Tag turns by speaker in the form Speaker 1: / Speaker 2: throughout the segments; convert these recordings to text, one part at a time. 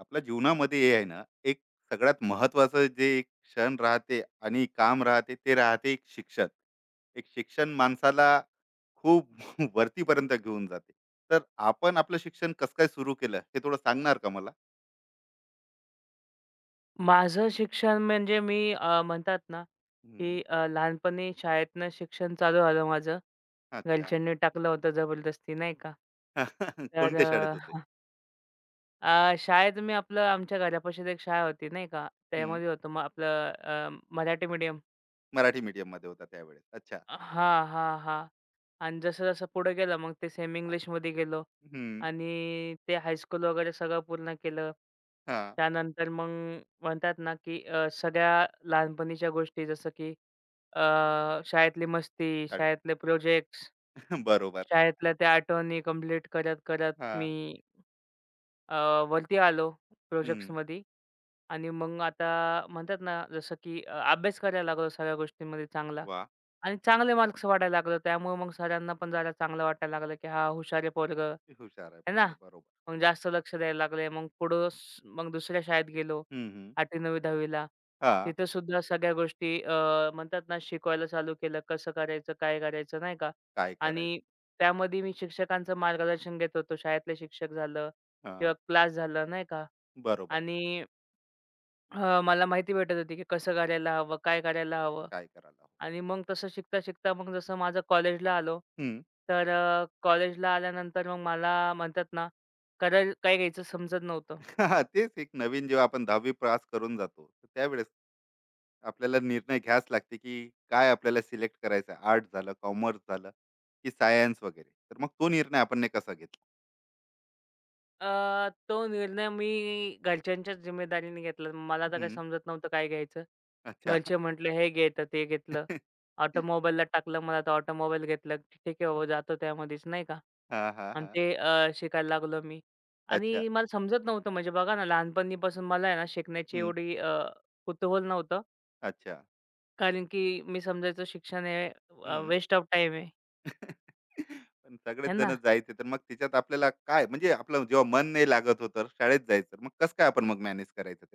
Speaker 1: आपल्या जीवनामध्ये हे आहे ना एक सगळ्यात महत्वाचं जे एक क्षण राहते आणि काम राहते ते राहते एक शिक्षण. एक शिक्षण माणसाला खूप वरतीपर्यंत घेऊन जाते. तर आपण आपलं शिक्षण कसं काय सुरू केलं हे थोडं सांगणार का मला.
Speaker 2: माझं शिक्षण म्हणजे मी म्हणतात ना,
Speaker 1: हम्म,
Speaker 2: की लहानपणी शाळेतनं शिक्षण चालू झालं माझं.
Speaker 1: अच्छा.
Speaker 2: घरच्यांनी टाकलं होतं जबरदस्ती नाही का. तर
Speaker 1: कोणत्या शाळेत होते.
Speaker 2: अ, शाळेत मी आपलं आमच्या घरापाशीच एक शाळा होती नाही का,
Speaker 1: हम्म,
Speaker 2: त्यामध्ये होतो मग आपलं मराठी मीडियम.
Speaker 1: मराठी मीडियम मध्ये होता त्यावेळेस अच्छा.
Speaker 2: हां, हां, हां. आणि जसं-जसं पुढे गेलं मग ते सेमी इंग्लिशमध्ये गेलो
Speaker 1: हम्म,
Speaker 2: आणि ते हायस्कूल वगैरे सगळं पूर्ण केलं.
Speaker 1: हा.
Speaker 2: त्यानंतर मग म्हणतात ना, की सगळ्या लहानपणीच्या गोष्टी जसं की शाळेतली मस्ती,
Speaker 1: साडे
Speaker 2: शाळेतले प्रोजेक्ट्स,
Speaker 1: बरोबर.
Speaker 2: शाळेतल्या त्या आठवणी कंप्लीट करत-करत
Speaker 1: हा.
Speaker 2: मी अ, वरती आलो
Speaker 1: हम्म,
Speaker 2: प्रोजेक्ट्समध्ये. आणि मग आता म्हणतात ना, जसं की अभ्यास करायला लागलो सगळ्या गोष्टींमध्ये चांगला
Speaker 1: वा.
Speaker 2: आणि चांगले मार्क्स वाढायला लागले. त्यामुळे मग सरांना पण जरा चांगलं वाटायला लागलं, की "हां, हुशार आहे पोरगं."
Speaker 1: हुशार आहे
Speaker 2: आहे ना?
Speaker 1: पोरग बरोबर.
Speaker 2: मग जास्त लक्ष द्यायला लागले. मग पुढं स मग दुसऱ्या शाळेत गेलो
Speaker 1: हम्म, हम्म,
Speaker 2: 8वी-9वी-10वी ला.
Speaker 1: हा.
Speaker 2: तिथं सुद्धा सगळ्या गोष्टी म्हणतात ना, शिकवायला चालू केलं. कसं करायचं, काय करायचं, नाही का?
Speaker 1: काय
Speaker 2: आणि
Speaker 1: करायचं.
Speaker 2: त्यामध्ये मी शिक्षकांचं मार्गदर्शन घेत होतो. शाळेतले शिक्षक झालं
Speaker 1: हा.
Speaker 2: किंवा क्लास झालं, नाही का?
Speaker 1: बरोबर.
Speaker 2: आणि मला माहिती भेटत होती, की कसं करायला हवं, काय करायला हवं.
Speaker 1: काय करायला हवं.
Speaker 2: आणि मग तसं शिकता-शिकता मग जसं माझं कॉलेजला आलो,
Speaker 1: हम्म.
Speaker 2: तर कॉलेजला आल्यानंतर मग मला म्हणतात ना, करायला काय घ्यायचं समजत नव्हतं.
Speaker 1: तेच एक नवीन जेव्हा आपण दहावी पास करून जातो तर त्यावेळेस आपल्याला निर्णय घ्यास लागते की काय आपल्याला सिलेक्ट करायचं. आर्ट झालं, कॉमर्स झालं की सायन्स वगैरे. तर मग तो निर्णय आपण ने कसा घेतला.
Speaker 2: अ, तो निर्णय मी घरच्यांच्याच जिम्मेदारीने घेतला. मला तर काही
Speaker 1: हम्म.
Speaker 2: समजत नव्हतं काय घ्यायचं.
Speaker 1: अच्छा.
Speaker 2: घरचे म्हटले हे घे तर ते घेतलं. ऑटोमोबाईलला टाकलं मला तर ऑटोमोबाईल घेतलं. ठीक आहे बाबा जातो त्यामध्येच नाही का.
Speaker 1: हा हा
Speaker 2: आणि
Speaker 1: हा.
Speaker 2: शिकायला लागलो मी.
Speaker 1: अच्छा.
Speaker 2: आणि मला समजत नव्हतं, म्हणजे बघा ना, लहानपणीपासून मला आहे ना शिकण्याची
Speaker 1: हम्म.
Speaker 2: एवढी कुतूहल नव्हतं.
Speaker 1: अच्छा.
Speaker 2: कारण की मी समजायचो शिक्षण हे
Speaker 1: हम्म.
Speaker 2: वेस्ट ऑफ टाईम आहे.
Speaker 1: पण सगळेच
Speaker 2: हे ना.
Speaker 1: जण जायचे तर मग त्याच्यात आपल्याला काय. म्हणजे आपलं जेव्हा मन नाही लागत होतं शाळेत जायचं मग कसं काय आपण मग मॅनेज करायचं.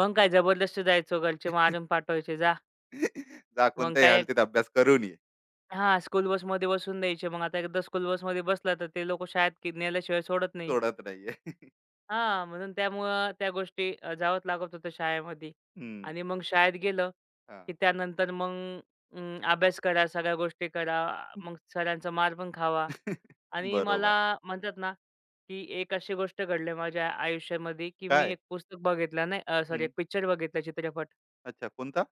Speaker 2: मग काय जबरदस्ती जायचो, घरचे मारून पाठवायचे जा.
Speaker 1: जा
Speaker 2: मग
Speaker 1: कोणत्याही
Speaker 2: काय
Speaker 1: हालतीत अभ्यास करून ये.
Speaker 2: हां, स्कूल बसमध्ये बसून द्यायचे. मग आता एकदा स्कूल बसमध्ये बसला तर ते लोकं शाळेत की नेल्याशिवाय सोडत नाही.
Speaker 1: सोडत नाहीये.
Speaker 2: हां, म्हणून त्यामुळं जावंच लागत होतं शाळेमध्ये.
Speaker 1: हं.
Speaker 2: आणि मग शाळेत गेलं, की
Speaker 1: हां.
Speaker 2: त्यानंतर मग अभ्यास करा, सगळ्या गोष्टी करा. मग सरांचा मार पण खावा. आणि मला
Speaker 1: बरोबर.
Speaker 2: म्हणतात ना, की एक अशी गोष्ट घडली माझ्या आयुष्यामध्ये, की मी
Speaker 1: काय?
Speaker 2: एक पुस्तक बघितलं नाही सॉरी
Speaker 1: हं.
Speaker 2: एक पिक्चर बघितला चित्रपट.
Speaker 1: अच्छा, कोणता?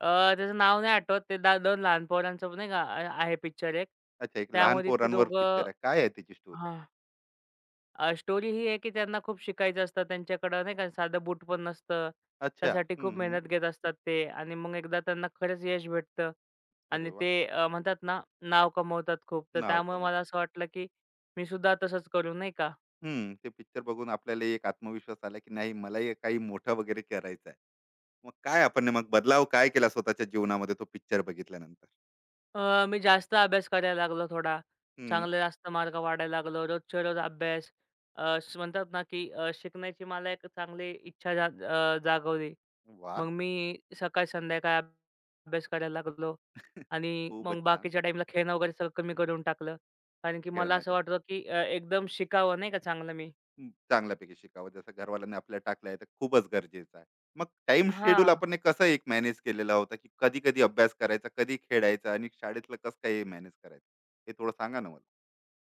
Speaker 2: अ, त्याचं नाव नाही आठवत. ते 2 लहान पोरांचं नाही का आहे पिक्चर एक.
Speaker 1: अच्छा, एक लहान
Speaker 2: त्यामध्ये ती
Speaker 1: पोरांवर
Speaker 2: दोघं
Speaker 1: पिक्चर आहे. काय आहे त्याची स्टोरी?
Speaker 2: हां. स्टोरी ही आहे की त्यांना खूप शिकायचं असतं. त्यांच्याकडं नाही का साधं बूट पण नसतं.
Speaker 1: अच्छा.
Speaker 2: त्यासाठी
Speaker 1: हं,
Speaker 2: खूप
Speaker 1: हं.
Speaker 2: मेहनत घेत असतात ते आणि मग एकदा त्यांना खरंच यश भेटतं
Speaker 1: अरे
Speaker 2: आणि
Speaker 1: वा.
Speaker 2: म्हणतात ना, नाव कमवतात खूप. तर
Speaker 1: नाव
Speaker 2: त्यामुळे
Speaker 1: कमवत.
Speaker 2: मला असं वाटलं की मी सुद्धा तसंच करू, नाही का.
Speaker 1: हं. ते पिक्चर बघून आपल्याला एक आत्मविश्वास आला, की नाही मलाही काही मोठं वगैरे करायचं आहे. मग काय आपण ने मग बदलाव काय केला स्वतःच्या जीवनामध्ये तो पिक्चर बघितल्यानंतर?
Speaker 2: मी जास्त अभ्यास करायला लागलो थोडा.
Speaker 1: हं.
Speaker 2: चांगले जास्त मार्क वाढायला लागलो. रोजच्या रोज अभ्यास. म्हणतात ना की शिकण्याची मला एक चांगली इच्छा जागवली.
Speaker 1: वाह!
Speaker 2: मग मी सकाळ संध्याकाळ अभ्यास करायला लागलो आणि
Speaker 1: खूपच
Speaker 2: मग
Speaker 1: छान.
Speaker 2: बाकीच्या टाईमला खेळणं वगैरे सगळं कमी करून टाकलं. कारण की मला
Speaker 1: खेळणं
Speaker 2: असं
Speaker 1: कमी.
Speaker 2: वाटलं की एकदम शिकावं नाही का चांगलं मी.
Speaker 1: हं, चांगल्यापैकी शिकावं जसं घरवाल्यांनी आपल्याला टाकलं आहे तर खूपच गरजेचं आहे. मग टाइम शेड्यूल
Speaker 2: हां.
Speaker 1: आपण हे कसं एक मॅनेज केलेला होता, की कधी-कधी अभ्यास करायचा, कधी खेळायचा आणि शाळेतलं कसं काय हे मॅनेज करायचं? हे थोडं सांगा ना मला?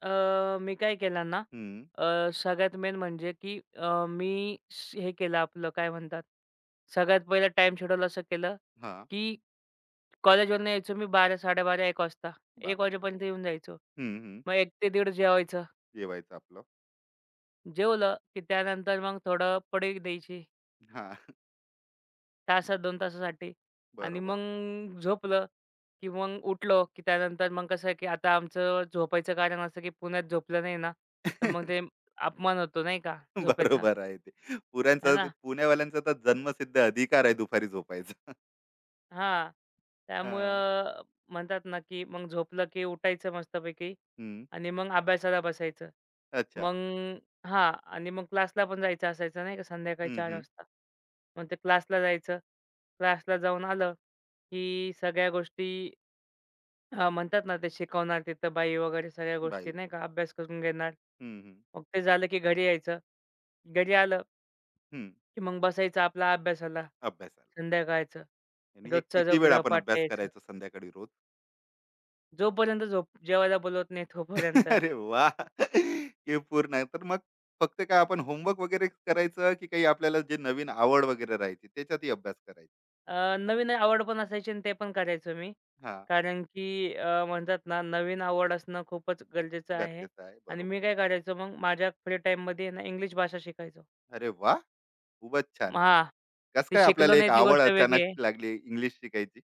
Speaker 2: अ, मी काय केलं ना,
Speaker 1: हं,
Speaker 2: सगळ्यात मेन म्हणजे की मी हे केलं, आपलं काय म्हणतात, सगळ्यात पहिलं टाइम शेड्यूल असं केलं,
Speaker 1: हां.
Speaker 2: की कॉलेजवरून यायचो मी 12:00-12:30 1:00 वाजता. 1:00
Speaker 1: 12 तास.
Speaker 2: वाजेपर्यंत येऊन जायचो.
Speaker 1: हं, हं.
Speaker 2: मग 1 ते 1:30 जेवायचं.
Speaker 1: जेवायचं आपलं.
Speaker 2: जेवलं की त्यानंतर मग थोडं पडीक द्यायची.
Speaker 1: हां,
Speaker 2: तासात 2 तासासाठी. आणि
Speaker 1: बरोबर.
Speaker 2: मग झोपलं, की मग उठलो, की त्यानंतर मग कसं आहे, की आता आमचं झोपायचं कारण असं, की पुण्यात झोपलं नाही ना, तर मग ते अपमान होतो नाही का झोपेचा,
Speaker 1: बरोबर आहे ते.
Speaker 2: है
Speaker 1: पुऱ्यांचा
Speaker 2: ना?
Speaker 1: पुण्यावाल्यांचा तर जन्मसिद्ध अधिकार आहे दुपारी झोपायचा.
Speaker 2: हां.
Speaker 1: हां.
Speaker 2: त्यामुळं म्हणतात ना, की मग झोपलं, की उठायचं मस्तपैकी
Speaker 1: हं.
Speaker 2: आणि मग अभ्यासाला बसायचं.
Speaker 1: अच्छा.
Speaker 2: मग हां, आणि मग क्लासला पण जायचं असायचं नाही का संध्याकाळी
Speaker 1: हं,
Speaker 2: 4
Speaker 1: हं.
Speaker 2: वाजता. मग ते क्लासला जायचं. क्लासला जाऊन आलं, की सगळ्या गोष्टी हां, म्हणतात ना, ते शिकवणार तिथं बाई वगैरे सगळ्या गोष्टी
Speaker 1: बाईवर.
Speaker 2: नाही का, अभ्यास करून घेणार.
Speaker 1: हं, हं.
Speaker 2: मग ते झालं की घरी यायचं. घरी आलं
Speaker 1: हं.
Speaker 2: की मग बसायचं आपला अभ्यासाला
Speaker 1: अभ्यासाला.
Speaker 2: संध्याकाळचं.
Speaker 1: आणि हे
Speaker 2: रोजचा
Speaker 1: किती
Speaker 2: जो
Speaker 1: वेळ आपण
Speaker 2: गृहपाठ
Speaker 1: अभ्यास
Speaker 2: यायचा.
Speaker 1: करायचो संध्याकाळी रोज?
Speaker 2: जोपर्यंत झोप जेवायला बोलवत नाही तोपर्यंत.
Speaker 1: अरे वा, हे पूर्ण आहे. तर मग फक्त काय आपण होमवर्क वगैरे करायचं, की काही आपल्याला जे नवीन आवड वगैरे राहायची त्याच्यातही अभ्यास करायचा?
Speaker 2: नवीन आवड पण असायची आणि ते पण करायचो मी.
Speaker 1: हां,
Speaker 2: कारण की म्हणतात ना, नवीन आवड असणं खूपच गरजेचं आहे.
Speaker 1: गरजेचं आहे.
Speaker 2: आणि
Speaker 1: बरोबर.
Speaker 2: मी काय करायचो मग माझ्या फ्री टाईममध्ये आहे ना, इंग्लिश भाषा शिकायचो.
Speaker 1: अरे वा, खूपच छान.
Speaker 2: हां,
Speaker 1: कसं
Speaker 2: ते
Speaker 1: काय
Speaker 2: शिकलो
Speaker 1: आपल्याला एक
Speaker 2: नाही ती
Speaker 1: आवड
Speaker 2: गोष्ट वेगळी
Speaker 1: अचानक
Speaker 2: आहे.
Speaker 1: लागली इंग्लिश शिकायची?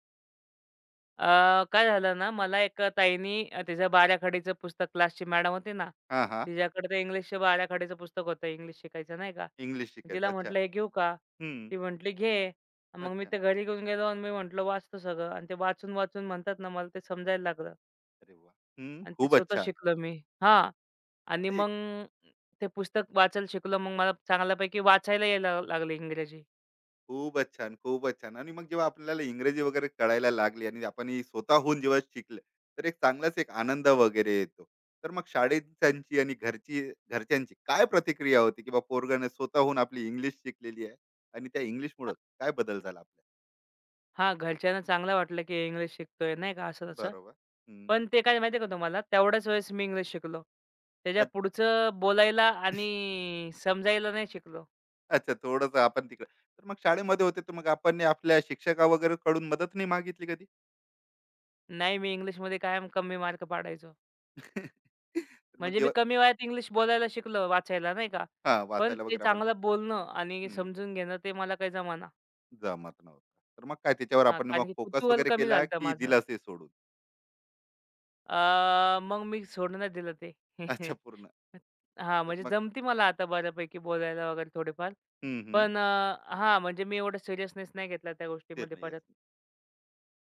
Speaker 2: काय झालं ना, मला एक ताईनी तिच्या बाराखडीचं पुस्तक, क्लासची मॅडम होती ना,
Speaker 1: हां, हां.
Speaker 2: तिच्याकडे ते इंग्लिशचं बाराखडीचं पुस्तक होतं, इंग्लिश शिकायचं नाही का.
Speaker 1: इंग्लिश शिकायचं.
Speaker 2: तिला
Speaker 1: अच्छा.
Speaker 2: म्हटलं, "हे घेऊ का?"
Speaker 1: हं.
Speaker 2: ती म्हटली, "घे." मग मी
Speaker 1: अच्छा.
Speaker 2: ते घरी घेऊन गेलो आणि मी म्हटलं, "वाचतो सगळं." आणि ते वाचून-वाचून म्हणतात ना, मला ते समजायला लागलं
Speaker 1: अरे वाह! हं.
Speaker 2: आणि ते
Speaker 1: खूपच
Speaker 2: स्वतः
Speaker 1: छान.
Speaker 2: शिकलो मी. हां. आणि मग ते पुस्तक वाचायला शिकलो. मग मला चांगल्यापैकी वाचायला यायला लागली इंग्रजी.
Speaker 1: खूपच छान, खूपच छान. आणि मग जेव्हा आपल्याला इंग्रजी वगैरे कळायला लागली आणि आपण ही स्वतःहून जेव्हा शिकले, तर एक चांगलाच एक आनंद वगैरे येतो. तर मग शाळेच्यांची आणि घरची घरच्यांची काय प्रतिक्रिया होती की बा पोरगाने स्वतःहून आपली इंग्लिश शिकलेली आहे आणि त्या इंग्लिशमुळं काय बदल झाला आपल्या?
Speaker 2: हां, घरच्यांना चांगलं वाटलं, की इंग्लिश शिकतोय नाही का असं तसं.
Speaker 1: बरोबर. हं.
Speaker 2: पण ते काय माहिती का तुम्हाला, तेवढ्याच वेळेस मी इंग्लिश शिकलो. त्याच्या
Speaker 1: अ
Speaker 2: पुढचं बोलायला आणि समजायला नाही शिकलो.
Speaker 1: अच्छा, थोडंसं आपण तिकडं. तर मग शाळेमध्ये होते, तर मग आपण ने आपल्या शिक्षका वगैरे कडून मदत नाही मागितली कधी?
Speaker 2: नाही, मी इंग्लिशमध्ये कायम कमी मार्क पाडायचो.
Speaker 1: तर मग
Speaker 2: म्हणजे मी
Speaker 1: जेव्हा
Speaker 2: कमी वयात इंग्लिश बोलायला शिकलो, वाचायला नाही का.
Speaker 1: हां,
Speaker 2: पण
Speaker 1: वाचायला
Speaker 2: ते
Speaker 1: वगैरे आपण
Speaker 2: चांगलं बोलणं आणि समजून घेणं ते मला काही जमेना.
Speaker 1: जमत नव्हता. तर मग काय त्याच्यावर
Speaker 2: हां,
Speaker 1: आपण मग
Speaker 2: कारण की
Speaker 1: फोकस
Speaker 2: कुतूहल
Speaker 1: वगैरे
Speaker 2: कमी
Speaker 1: केला,
Speaker 2: झालं होतं
Speaker 1: की
Speaker 2: माझं.
Speaker 1: दिला ते सोडून?
Speaker 2: मग मी सोडूनच दिलं ते.
Speaker 1: अच्छा, पूर्ण.
Speaker 2: हां,
Speaker 1: तर
Speaker 2: म्हणजे
Speaker 1: मग
Speaker 2: जमती मला आता बऱ्यापैकी बोलायला वगैरे थोडेफार.
Speaker 1: हं, हं.
Speaker 2: पण अ, हां, म्हणजे मी एवढा सिरियसनेस नाही घेतला त्या गोष्टीमध्ये
Speaker 1: निर्णय
Speaker 2: परत.
Speaker 1: असणे.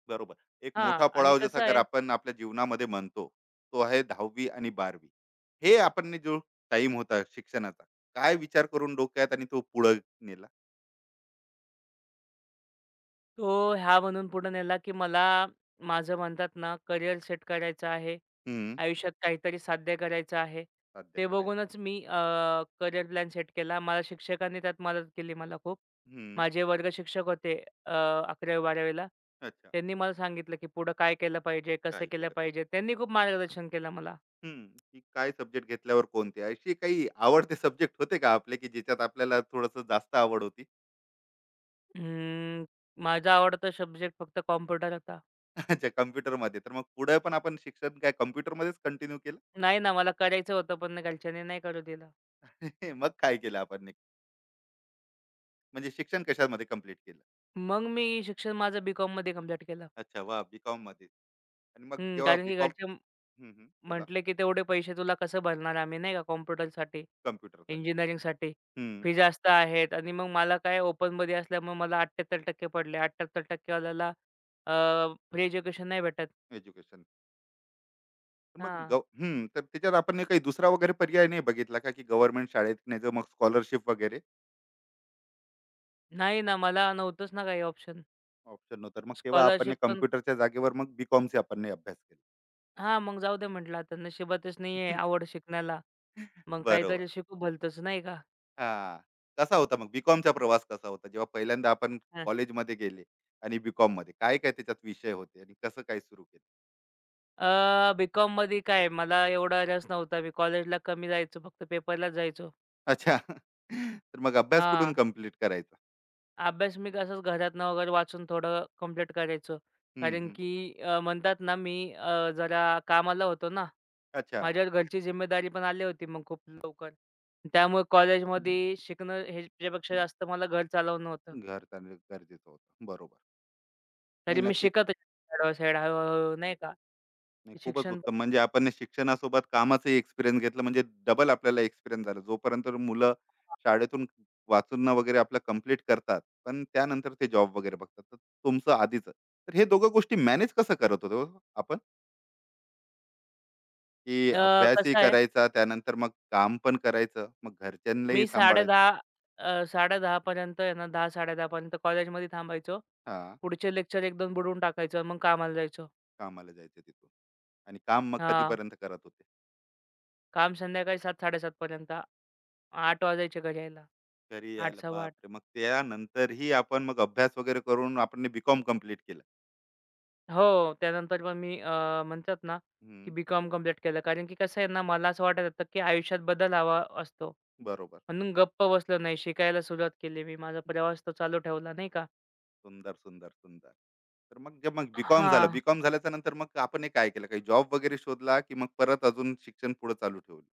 Speaker 1: बरोबर. एक
Speaker 2: हां
Speaker 1: मोठा
Speaker 2: आणि
Speaker 1: पडाव जसा
Speaker 2: कसं
Speaker 1: अगर
Speaker 2: आहे,
Speaker 1: आपण आपल्या जीवनामध्ये म्हणतो, तो आहे 10वी आणि 12वी. हे आपण ने जो टाईम होता शिक्षणाचा, काय विचार करून डोक्यात आणि तो पुढे नेला?
Speaker 2: तो ह्या म्हणून पुढे नेला, की मला माझं म्हणतात ना करियर सेट करायचं आहे.
Speaker 1: हं.
Speaker 2: आयुष्यात काहीतरी साध्य करायचं आहे.
Speaker 1: साध्य
Speaker 2: ते
Speaker 1: करायचं.
Speaker 2: बघूनच मी प्लॅन सेट केला. मला शिक्षकांनी त्यात मदत केली मला खूप.
Speaker 1: हं.
Speaker 2: माझे वर्ग शिक्षक होते अ, 11वी-12वी.
Speaker 1: अच्छा.
Speaker 2: त्यांनी मला सांगितलं, की पुढं काय केलं पाहिजे, कसं
Speaker 1: काय
Speaker 2: केलं
Speaker 1: केलं
Speaker 2: पाहिजे.
Speaker 1: पाहिजे?
Speaker 2: त्यांनी खूप मार्गदर्शन केलं मला.
Speaker 1: हं. की काय सब्जेक्ट घेतल्यावर कोणते? असे काही आवडते सब्जेक्ट होते का आपले, की ज्याच्यात आपल्याला थोडंसं जास्त आवड होती?
Speaker 2: अं, माझा आवडता सब्जेक्ट फक्त कॉम्प्युटर होता.
Speaker 1: अच्छा, कम्प्युटरमध्ये. तर मग पुढे पण आपण शिक्षण काय कम्प्युटरमध्येच कंटिन्यू केलं?
Speaker 2: नाही ना, मला करायचं होतं, पण घरच्यांनी नाही करू दिलं.
Speaker 1: मग काय केलं आपण नेक्स्ट? म्हणजे शिक्षण कशामध्ये कंप्लीट केलं?
Speaker 2: मग मी शिक्षण माझं बी.कॉममध्ये कंप्लीट केलं.
Speaker 1: अच्छा, वाह! बीकॉममध्ये. आणि मग
Speaker 2: हं,
Speaker 1: जेव्हा
Speaker 2: कारण की
Speaker 1: बीकॉम
Speaker 2: घरचे
Speaker 1: बोला.
Speaker 2: म्हटले, की "तेवढे पैसे तुला कसं भरणार आम्ही नाही का कॉम्प्युटरसाठी,
Speaker 1: कम्प्युटर.
Speaker 2: इंजिनिअरिंगसाठी.
Speaker 1: हं.
Speaker 2: फी जास्त आहेत." आणि मग मला काय ओपनमध्ये असल्यामुळे मला 78% पडले. 78% वाल्याला फ्री एज्युकेशन नाही भेटत.
Speaker 1: एज्युकेशन. तर मग
Speaker 2: हां.
Speaker 1: हं. तर त्याच्यात आपण काही दुसरा वगैरे पर्याय नाही बघितला का, की गव्हर्नमेंट शाळेत नाही तर मग स्कॉलरशिप वगैरे.
Speaker 2: नाही ना, मला नव्हतंच ना काही ऑप्शन.
Speaker 1: ऑप्शन नव्हतं. मग तेव्हा आपण
Speaker 2: स्कॉलरशिप पण
Speaker 1: कम्प्युटरच्या जागेवर मग बीकॉमचा आपण ने अभ्यास केला.
Speaker 2: हां, मग जाऊ दे म्हटलं, आता नशिबातच नाहीये आवड शिकण्याला. मग
Speaker 1: बरोबर.
Speaker 2: काहीतरी शिकू भलतंच नाही का?
Speaker 1: हां. कसा होता मग प्रवास कसा होता? जेव्हा पहिल्यांदा आपण
Speaker 2: हां.
Speaker 1: कॉलेजमध्ये गेले आणि बी-कॉममध्ये काय-काय त्याच्यात विषय होते आणि कसं काय सुरू केलं?
Speaker 2: बी-कॉममध्ये काय मला एवढा रस नव्हता. मी कॉलेजला कमी जायचो, फक्त पेपरलाच जायचो.
Speaker 1: अच्छा. तर मग अभ्यास कुठून
Speaker 2: हां.
Speaker 1: कंप्लीट करायचा?
Speaker 2: अभ्यास मी असंच घरातनं वगैरे वाचून थोडं कंप्लीट करायचो.
Speaker 1: हं,
Speaker 2: कारण
Speaker 1: हं.
Speaker 2: की म्हणतात ना, मी जरा कामाला होतो ना.
Speaker 1: अच्छा.
Speaker 2: माझ्यावर घरची जिम्मेदारी पण आली होती मग खूप लवकर. त्यामुळे कॉलेजमध्ये शिकणं ह्याच्यापेक्षा जास्त मला घर चालवणं होतं.
Speaker 1: घर चालणं गरजेचं होतं. बरोबर. नाही,
Speaker 2: तरी मी
Speaker 1: नक्कीच.
Speaker 2: शिकत साइड बाय, नाही का?
Speaker 1: नाही, खूपच
Speaker 2: शिक्षण
Speaker 1: उत्तम. म्हणजे आपण शिक्षणासोबत कामाचाही एक्सपिरियन्स घेतला, म्हणजे डबल आपल्याला एक्सपिरियन्स झाला. जोपर्यंत मुलं शाळेतून वाचून वगैरे आपलं कंप्लीट करतात, पण त्यानंतर ते जॉब वगैरे बघतात. तर तुमचं आधीचं. तर हे दोघं गोष्टी मॅनेज कसं करत होते हो आपण? की
Speaker 2: अ,
Speaker 1: अभ्यासही
Speaker 2: कसं आहे,
Speaker 1: करायचा, त्यानंतर मग काम पण करायचं, मग
Speaker 2: मी
Speaker 1: घरच्यांनाही सांभाळायचं.
Speaker 2: 10:30 पर्यंत आहे ना, 10:00-10:30 पर्यंत कॉलेजमध्ये थांबायचो.
Speaker 1: हां,
Speaker 2: पुढचे लेक्चर 1-2 बुडवून टाकायचो आणि मग कामाला जायचो.
Speaker 1: कामाला जायचं तिथून आणि काम मग
Speaker 2: हां,
Speaker 1: कधीपर्यंत करत होते.
Speaker 2: काम संध्याकाळी 7:00-7:30 पर्यंत. 8:00 वाजायचे घरी यायला.
Speaker 1: घरी यायला
Speaker 2: 8:00-8:15.
Speaker 1: बापरे! मग त्यानंतरही आपण मग अभ्यास वगैरे करून आपण बी-कॉम कम्प्लीट केलं.
Speaker 2: हो, त्यानंतर मग मी म्हणतात ना,
Speaker 1: हं,
Speaker 2: की बी-कॉम कंप्लीट केलं. कारण की कसं आहे ना, मला असं वाटत होतं, की आयुष्यात बदल हवा असतो.
Speaker 1: बरोबर.
Speaker 2: म्हणून गप्प बसलो नाही. शिकायला सुरुवात केली मी. माझा प्रवास तो चालू ठेवला नाही का.
Speaker 1: सुंदर, सुंदर, सुंदर. तर मग जे मग बी झालं.
Speaker 2: हां.
Speaker 1: बी झाल्याच्या नंतर मग आपण हे काय केलं? काही जॉब वगैरे शोधला की मग परत अजून शिक्षण पुढे चालू ठेवलं.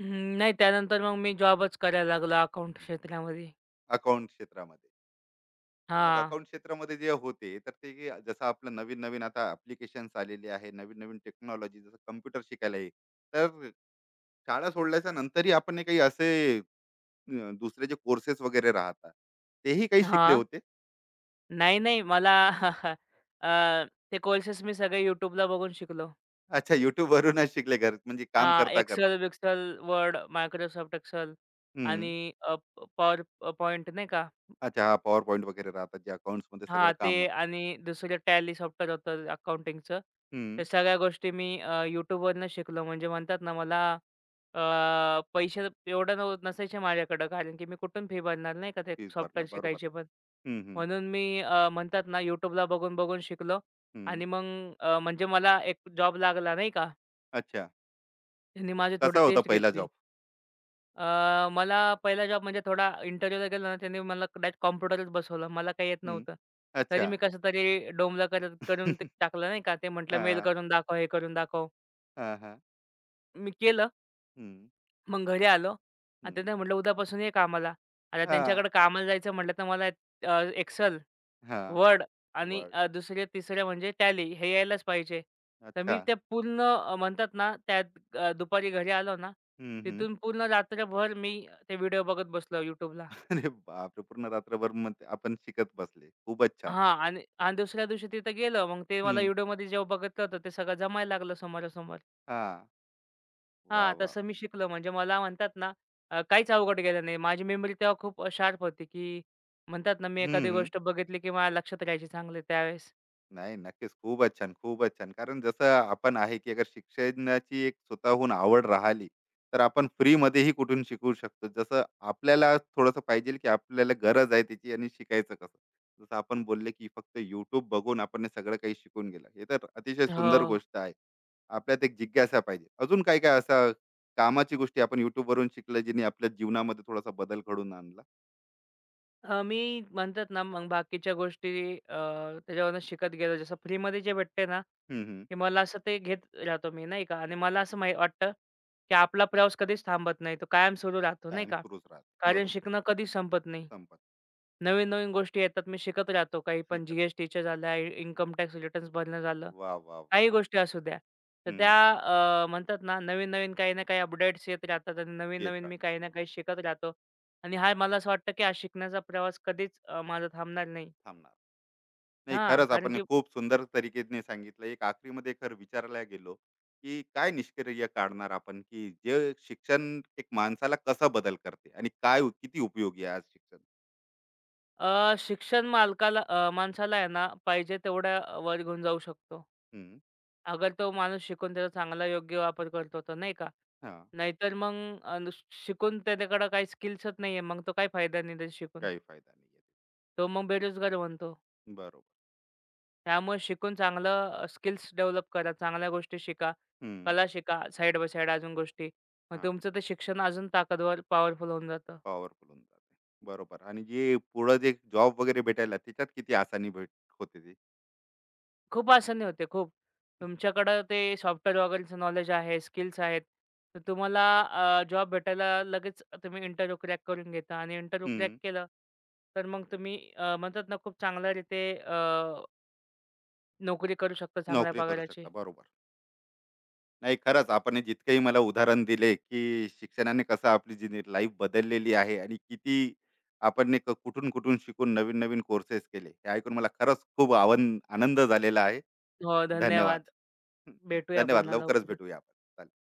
Speaker 2: हं, नाही, त्यानंतर मग मी जॉबच करायला लागलो अकाउंट क्षेत्रामध्ये.
Speaker 1: अकाउंट क्षेत्रामध्ये? तर मग
Speaker 2: हां.
Speaker 1: अकाउंट क्षेत्रामध्ये जे होते तर ते जे जसं आपलं नवीन नवीन आता ऍप्लिकेशन्स आलेले आहे, नवीन नवीन टेक्नॉलॉजी जसं कम्प्युटर शिकायला आहे. तर शाळा सोडल्याच्या नंतरही आपण हे काही असे दुसरे जे कोर्सेस वगैरे राहतात तेही काही शिकले
Speaker 2: हां.
Speaker 1: होते.
Speaker 2: नाही, नाही. मला अ, ते कोर्सेस मी सगळे YouTubeला बघून शिकलो.
Speaker 1: अच्छा, YouTube वरूनच शिकले घर, म्हणजे काम
Speaker 2: हां,
Speaker 1: करता करता.
Speaker 2: Excel-बिक्सेल, Word, Microsoft Excel
Speaker 1: हम्म.
Speaker 2: आणि पॉवर पॉइंट नाही का?
Speaker 1: अच्छा. हा, पॉवर पॉईंट वगैरे राहतात जे अकाउंट्स मध्ये सगळं
Speaker 2: हां, ते
Speaker 1: काम.
Speaker 2: आणि दुसरं टॅली सॉफ्टवेअर होतं अकाउंटिंगचं.
Speaker 1: हम्म.
Speaker 2: त्या सगळ्या गोष्टी मी YouTubeवरनं शिकलो. म्हणजे म्हणतात ना मला, अ, पैसे एवढं नसायचे माझ्याकडं, कारण की मी कुठून फी भरणार नाही का ते
Speaker 1: फीज भरणार.
Speaker 2: सॉफ्टवेअर
Speaker 1: बरोबर.
Speaker 2: शिकायचे पण.
Speaker 1: हम्म, हम्म.
Speaker 2: म्हणून मी म्हणतात ना YouTubeला बघून-बघून शिकलो
Speaker 1: हम्म.
Speaker 2: आणि मग म्हणजे मला एक जॉब लागला नाही का.
Speaker 1: अच्छा.
Speaker 2: त्यांनी माझी थोडी
Speaker 1: कसा होता
Speaker 2: टेस्ट
Speaker 1: पहिला
Speaker 2: घेतली.
Speaker 1: जॉब.
Speaker 2: मला पहिला जॉब म्हणजे थोडा इंटरव्ह्यूला गेलो ना, त्यांनी मला डायरेक्ट कॉम्प्युटरच बसवलं. मला काही येत
Speaker 1: हम्म.
Speaker 2: नव्हतं. तरी
Speaker 1: अच्छा.
Speaker 2: मी कसं तरी डोंबलं करत करून ते टाकलं नाही का. ते म्हटलं मेल
Speaker 1: हा
Speaker 2: करून दाखव, हे करून दाखव.
Speaker 1: हा हा.
Speaker 2: मी केलं.
Speaker 1: हम्म,
Speaker 2: मग घरी आलो आणि
Speaker 1: हम्म.
Speaker 2: त्यांना म्हटलं, "उद्यापासून ये कामाला." आता
Speaker 1: हां.
Speaker 2: त्यांच्याकडे कामाला जायचं म्हटलं तर मला अ,
Speaker 1: हां.
Speaker 2: वर्ड आणि
Speaker 1: वर्ड.
Speaker 2: दुसरे, तिसरे म्हणजे टॅली हे यायलाच पाहिजे. तर
Speaker 1: अच्छा.
Speaker 2: मी ते पूर्ण म्हणतात ना, दुपारी घरी आलो ना,
Speaker 1: हं, हं.
Speaker 2: तिथून पूर्ण रात्रभर मी ते व्हिडिओ बघत बसलो YouTubeला.
Speaker 1: अरे बापरे! पूर्ण रात्रभर मग ते आपण शिकत बसले. खूपच छान.
Speaker 2: हां, आणि आणि दुसऱ्या दिवशी तिथं गेलं. मग ते मला
Speaker 1: हं.
Speaker 2: व्हिडिओमध्ये जेव्हा बघितलं होतं, ते सगळं जमायला लागलं समोरासमोर.
Speaker 1: हां. वाह,
Speaker 2: हां,
Speaker 1: वाह!
Speaker 2: तसं मी शिकलो. म्हणजे मला म्हणतात ना, काहीच अवघड गेलं नाही. माझी मेमरी तेव्हा खूप शार्प होती, की म्हणतात ना, मी
Speaker 1: हं,
Speaker 2: एखादी
Speaker 1: हं.
Speaker 2: गोष्ट बघितली, की मला लक्षात राहायची चांगली त्यावेळेस.
Speaker 1: नाही, नक्कीच. खूपच छान, खूपच छान. कारण जसं आपण आहे, की अगर शिक्षणाची एक स्वतःहून आवड राहिली, तर आपण फ्रीमध्येही कुठून शिकू शकतो. जसं आपल्याला थोडंसं पाहिजे, की आपल्याला गरज आहे त्याची आणि शिकायचं कसं. जसं आपण बोलले, की फक्त YouTube बघून आपण हे सगळं काही शिकून गेलं. हे तर अतिशय
Speaker 2: हो.
Speaker 1: सुंदर गोष्ट आहे. आपल्यात एक जिज्ञासा पाहिजे. अजून काय काय असं कामाची गोष्टी आपण YouTubeवरून शिकलं, ज्याने आपल्या जीवनामध्ये थोडासा बदल घडवून आणला?
Speaker 2: मी म्हणतात ना, मग बाकीच्या गोष्टी अ, त्याच्यावरनं शिकत गेलो. जसं फ्रीमध्ये जे भेटते ना,
Speaker 1: हं, हं.
Speaker 2: की मला असं ते घेत राहतो मी, नाही का? आणि मला असं माही वाटतं, की आपला प्रवास कधीच थांबत नाही. तो कायम सुरू राहतो, नाही
Speaker 1: कायम
Speaker 2: का?
Speaker 1: सुरूच राहते.
Speaker 2: कारण
Speaker 1: बरोबर.
Speaker 2: शिकणं कधीच संपत नाही.
Speaker 1: संपत.
Speaker 2: नवीन-नवीन गोष्टी येतात. मी शिकत राहतो. काही पण
Speaker 1: शिकत.
Speaker 2: जी झाल्या, इन्कम टॅक्स रिटर्न्स भरणं झालं.
Speaker 1: वाह, वाह, वाह!
Speaker 2: काही गोष्टी असू द्या. तर
Speaker 1: हं,
Speaker 2: त्या अ, म्हणतात ना, नवीन-नवीन काही ना काही अपडेट्स येत राहतात आणि
Speaker 1: येत
Speaker 2: नवीन-नवीन
Speaker 1: राहत,
Speaker 2: मी काही ना काही शिकत राहतो. आणि हा मला असं वाटतं, की हा शिकण्याचा प्रवास कधीच माझा थांबणार नाही.
Speaker 1: थांबणार. नाही,
Speaker 2: हां,
Speaker 1: खरंच
Speaker 2: कारण
Speaker 1: आपण हे
Speaker 2: की
Speaker 1: खूप सुंदर तरीकेने सांगितलं. एक आखरीमध्ये एक खरं विचारायला गेलो, की काय निष्कर्य काढणार आपण, की जे शिक्षण एक माणसाला कसा बदल करते आणि काय किती उपयोगी आहे आज शिक्षण?
Speaker 2: शिक्षण माणसाला आहे ना, पाहिजे तेवढ्या वर घेऊन जाऊ शकतो.
Speaker 1: हं,
Speaker 2: अगर तो माणूस शिकून त्याचा चांगला योग्य वापर करतो तर नाही का?
Speaker 1: हां,
Speaker 2: नाहीतर मग नुस शिकून त्याच्याकडे काही स्किल्सच नाही आहे, मग तो काही फायदा नाही त्याचा शिकून.
Speaker 1: काही फायदा नाही आहे.
Speaker 2: तो मग बेरोजगार बनतो.
Speaker 1: बरोबर.
Speaker 2: त्यामुळे शिकून चांगलं स्किल्स डेव्हलप करा, चांगल्या गोष्टी शिका,
Speaker 1: हं,
Speaker 2: कला शिका, साइड बाय साइड अजून गोष्टी. मग
Speaker 1: हां,
Speaker 2: तुमचं ते शिक्षण अजून ताकदवर पॉवरफुल होऊन जातं.
Speaker 1: पॉवरफुल होऊन जाते. बरोबर आणि जे पुढं जे जॉब वगैरे भेटायला त्याच्यात किती आसानी भेट होते ती.
Speaker 2: खूप आसानी होते, खूप. तुमच्याकडं ते सॉफ्टवेअर वगैरेचं नॉलेज आहे, स्किल्स आहेत. तर तुम्हाला जॉब भेटायला लगेच तुम्ही इंटरव्ह्यू क्रॅक करून घेता आणि इंटरव्ह्यू क्रॅक
Speaker 1: हं,
Speaker 2: केलं, तर मग तुम्ही म्हणतात ना खूप चांगल्या रीते नोकरी करू शकता चांगल्या
Speaker 1: नोकरी करू शकता.
Speaker 2: पगाराची.
Speaker 1: बरोबर. नाही, खरंच आपण हे जितकंही मला उदाहरण दिले की शिक्षणाने कसं आपली जी लाईफ बदललेली आहे आणि किती आपण ने कुठून कुठून शिकून नवीन नवीन कोर्सेस केले हे ऐकून मला खरंच खूप आनंद झालेला आहे.
Speaker 2: हो,
Speaker 1: धन्यवाद.
Speaker 2: धन्यवाद. भेटूया
Speaker 1: धन्यवाद.
Speaker 2: पुन्हा
Speaker 1: लवकरच
Speaker 2: लवकरच.
Speaker 1: भेटूया आपण, चालेल.